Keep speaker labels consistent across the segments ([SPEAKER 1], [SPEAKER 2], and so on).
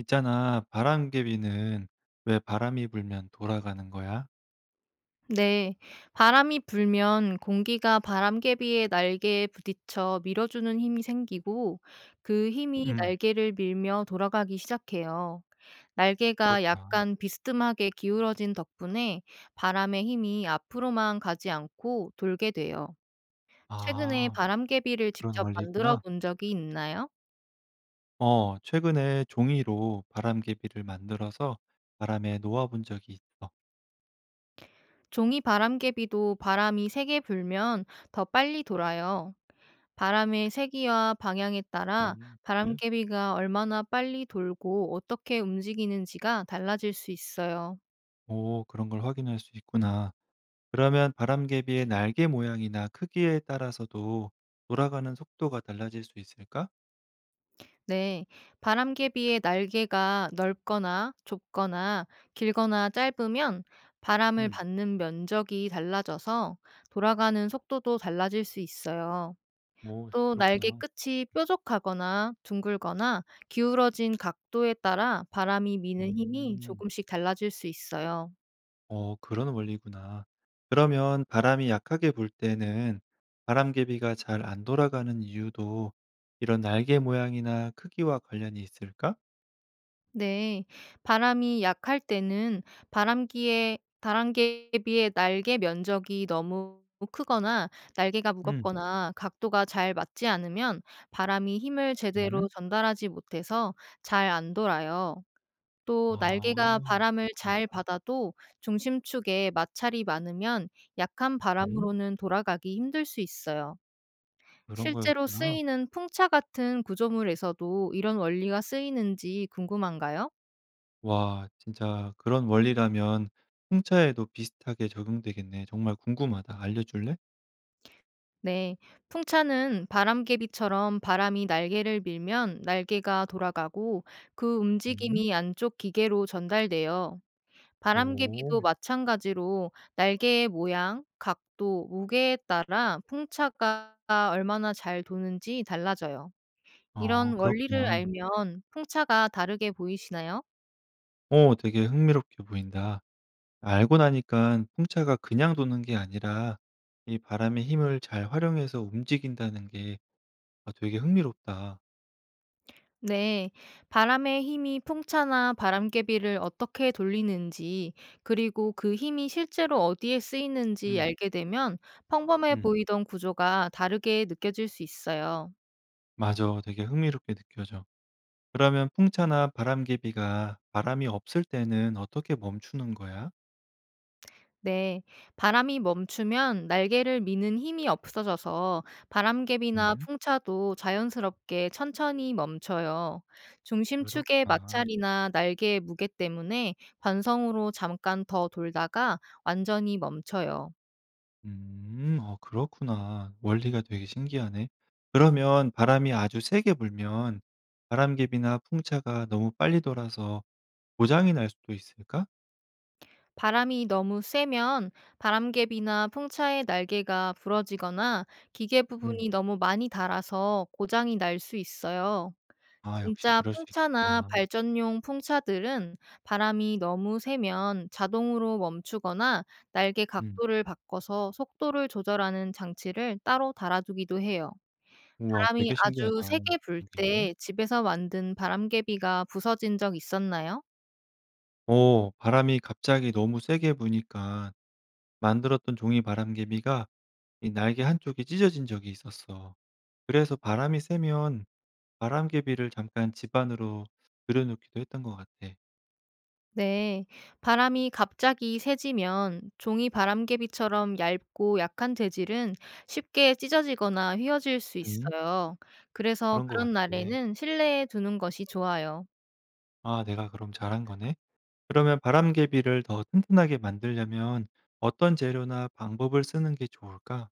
[SPEAKER 1] 있잖아, 바람개비는 왜 바람이 불면 돌아가는 거야?
[SPEAKER 2] 네. 바람이 불면 공기가 바람개비의 날개에 부딪혀 밀어주는 힘이 생기고 그 힘이
[SPEAKER 1] 음,
[SPEAKER 2] 날개를 밀며 돌아가기 시작해요. 날개가
[SPEAKER 1] 그렇구나.
[SPEAKER 2] 약간 비스듬하게 기울어진 덕분에 바람의 힘이 앞으로만 가지 않고 돌게 돼요. 최근에
[SPEAKER 1] 아,
[SPEAKER 2] 바람개비를
[SPEAKER 1] 그런
[SPEAKER 2] 직접 만들어
[SPEAKER 1] 원리구나.
[SPEAKER 2] 본 적이 있나요?
[SPEAKER 1] 최근에 종이로 바람개비를 만들어서 바람에 놓아본 적이 있어.
[SPEAKER 2] 종이 바람개비도 바람이 세게 불면 더 빨리 돌아요. 바람의 세기와 방향에 따라
[SPEAKER 1] 그래?
[SPEAKER 2] 바람개비가 얼마나 빨리 돌고 어떻게 움직이는지가 달라질 수 있어요.
[SPEAKER 1] 오, 그런 걸 확인할 수 있구나. 그러면 바람개비의 날개 모양이나 크기에 따라서도 돌아가는 속도가 달라질 수 있을까?
[SPEAKER 2] 네. 바람개비의 날개가 넓거나 좁거나 길거나 짧으면 바람을
[SPEAKER 1] 음,
[SPEAKER 2] 받는 면적이 달라져서 돌아가는 속도도 달라질 수 있어요.
[SPEAKER 1] 오,
[SPEAKER 2] 또 날개
[SPEAKER 1] 그렇구나.
[SPEAKER 2] 끝이 뾰족하거나 둥글거나 기울어진 각도에 따라 바람이 미는 힘이
[SPEAKER 1] 음.
[SPEAKER 2] 조금씩 달라질 수 있어요.
[SPEAKER 1] 그런 원리구나. 그러면 바람이 약하게 불 때는 바람개비가 잘 안 돌아가는 이유도 이런 날개 모양이나 크기와 관련이 있을까?
[SPEAKER 2] 네. 바람이 약할 때는 바람기에 바람개에 비해 날개 면적이 너무 크거나 날개가
[SPEAKER 1] 음.
[SPEAKER 2] 무겁거나 각도가 잘 맞지 않으면 바람이 힘을 제대로
[SPEAKER 1] 음.
[SPEAKER 2] 전달하지 못해서 잘 안 돌아요. 또 날개가
[SPEAKER 1] 아,
[SPEAKER 2] 바람을
[SPEAKER 1] 그렇구나.
[SPEAKER 2] 잘 받아도 중심축에 마찰이 많으면 약한
[SPEAKER 1] 음,
[SPEAKER 2] 바람으로는 돌아가기 힘들 수 있어요.
[SPEAKER 1] 그런
[SPEAKER 2] 실제로
[SPEAKER 1] 거였구나.
[SPEAKER 2] 쓰이는 풍차 같은 구조물에서도 이런 원리가 쓰이는지 궁금한가요?
[SPEAKER 1] 와, 진짜 그런 원리라면 풍차에도 비슷하게 적용되겠네. 정말 궁금하다. 알려줄래?
[SPEAKER 2] 네, 풍차는 바람개비처럼 바람이 날개를 밀면 날개가 돌아가고 그
[SPEAKER 1] 음.
[SPEAKER 2] 움직임이 안쪽 기계로 전달돼요.
[SPEAKER 1] 오.
[SPEAKER 2] 바람개비도 마찬가지로 날개의 모양, 각도, 무게에 따라 풍차가 얼마나 잘 도는지 달라져요. 이런
[SPEAKER 1] 아,
[SPEAKER 2] 원리를
[SPEAKER 1] 그렇구나.
[SPEAKER 2] 알면 풍차가 다르게 보이시나요?
[SPEAKER 1] 오, 되게 흥미롭게 보인다. 알고 나니까 풍차가 그냥 도는 게 아니라 이 바람의 힘을 잘 활용해서 움직인다는 게 아, 되게 흥미롭다.
[SPEAKER 2] 네, 바람의 힘이 풍차나 바람개비를 어떻게 돌리는지, 그리고 그 힘이 실제로 어디에 쓰이는지
[SPEAKER 1] 음.
[SPEAKER 2] 알게 되면 평범해
[SPEAKER 1] 음.
[SPEAKER 2] 보이던 구조가 다르게 느껴질 수 있어요.
[SPEAKER 1] 맞아. 되게 흥미롭게 느껴져. 그러면 풍차나 바람개비가 바람이 없을 때는 어떻게 멈추는 거야?
[SPEAKER 2] 네, 바람이 멈추면 날개를 미는 힘이 없어져서 바람개비나
[SPEAKER 1] 음.
[SPEAKER 2] 풍차도 자연스럽게 천천히 멈춰요. 중심축의
[SPEAKER 1] 그렇구나.
[SPEAKER 2] 마찰이나 날개의 무게 때문에 관성으로 잠깐 더 돌다가 완전히 멈춰요.
[SPEAKER 1] 음. 그렇구나. 원리가 되게 신기하네. 그러면 바람이 아주 세게 불면 바람개비나 풍차가 너무 빨리 돌아서 고장이 날 수도 있을까?
[SPEAKER 2] 바람이 너무 세면 바람개비나 풍차의 날개가 부러지거나 기계 부분이 너무 많이 닳아서 고장이 날 수 있어요.
[SPEAKER 1] 아, 역시
[SPEAKER 2] 진짜
[SPEAKER 1] 그럴 수
[SPEAKER 2] 풍차나
[SPEAKER 1] 있겠구나.
[SPEAKER 2] 발전용 풍차들은 바람이 너무 세면 자동으로 멈추거나 날개
[SPEAKER 1] 음.
[SPEAKER 2] 각도를 바꿔서 속도를 조절하는 장치를 따로 달아두기도 해요.
[SPEAKER 1] 우와,
[SPEAKER 2] 바람이
[SPEAKER 1] 되게 신기하다.
[SPEAKER 2] 아주 세게 불
[SPEAKER 1] 그런 게 있네.
[SPEAKER 2] 때 집에서 만든 바람개비가 부서진 적 있었나요?
[SPEAKER 1] 바람이 갑자기 너무 세게 부니까 만들었던 종이 바람개비가 이 날개 한쪽이 찢어진 적이 있었어. 그래서 바람이 세면 바람개비를 잠깐 집 안으로 들여놓기도 했던 것 같아.
[SPEAKER 2] 네, 바람이 갑자기 세지면 종이 바람개비처럼 얇고 약한 재질은 쉽게 찢어지거나 휘어질 수
[SPEAKER 1] 음,
[SPEAKER 2] 있어요. 그래서
[SPEAKER 1] 그런 것
[SPEAKER 2] 그런
[SPEAKER 1] 같아.
[SPEAKER 2] 날에는 실내에 두는 것이 좋아요.
[SPEAKER 1] 아, 내가 그럼 잘한 거네. 그러면 바람개비를 더 튼튼하게 만들려면 어떤 재료나 방법을 쓰는 게 좋을까?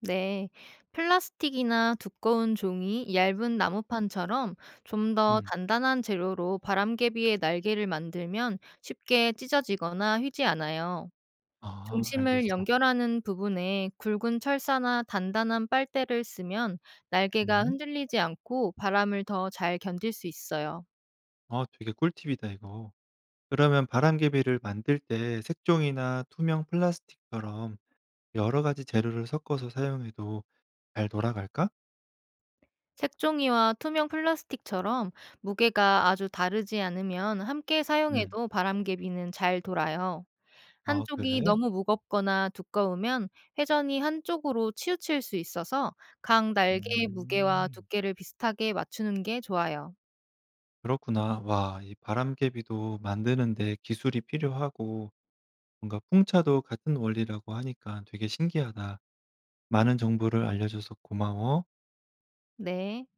[SPEAKER 2] 네, 플라스틱이나 두꺼운 종이, 얇은 나무판처럼 좀 더
[SPEAKER 1] 음.
[SPEAKER 2] 단단한 재료로 바람개비의 날개를 만들면 쉽게 찢어지거나 휘지 않아요.
[SPEAKER 1] 아,
[SPEAKER 2] 중심을
[SPEAKER 1] 알겠어.
[SPEAKER 2] 연결하는 부분에 굵은 철사나 단단한 빨대를 쓰면 날개가
[SPEAKER 1] 음.
[SPEAKER 2] 흔들리지 않고 바람을 더 잘 견딜 수 있어요.
[SPEAKER 1] 되게 꿀팁이다 이거. 그러면 바람개비를 만들 때 색종이나 투명 플라스틱처럼 여러 가지 재료를 섞어서 사용해도 잘 돌아갈까?
[SPEAKER 2] 색종이와 투명 플라스틱처럼 무게가 아주 다르지 않으면 함께
[SPEAKER 1] 음.
[SPEAKER 2] 사용해도 바람개비는 잘 돌아요.
[SPEAKER 1] 아,
[SPEAKER 2] 한쪽이
[SPEAKER 1] 그래?
[SPEAKER 2] 너무 무겁거나 두꺼우면 회전이 한쪽으로 치우칠 수 있어서 각 날개의 무게와
[SPEAKER 1] 음.
[SPEAKER 2] 두께를 비슷하게 맞추는 게 좋아요.
[SPEAKER 1] 그렇구나. 와, 이 바람개비도 만드는데 기술이 필요하고 뭔가 풍차도 같은 원리라고 하니까 되게 신기하다. 많은 정보를 알려줘서 고마워.
[SPEAKER 2] 네.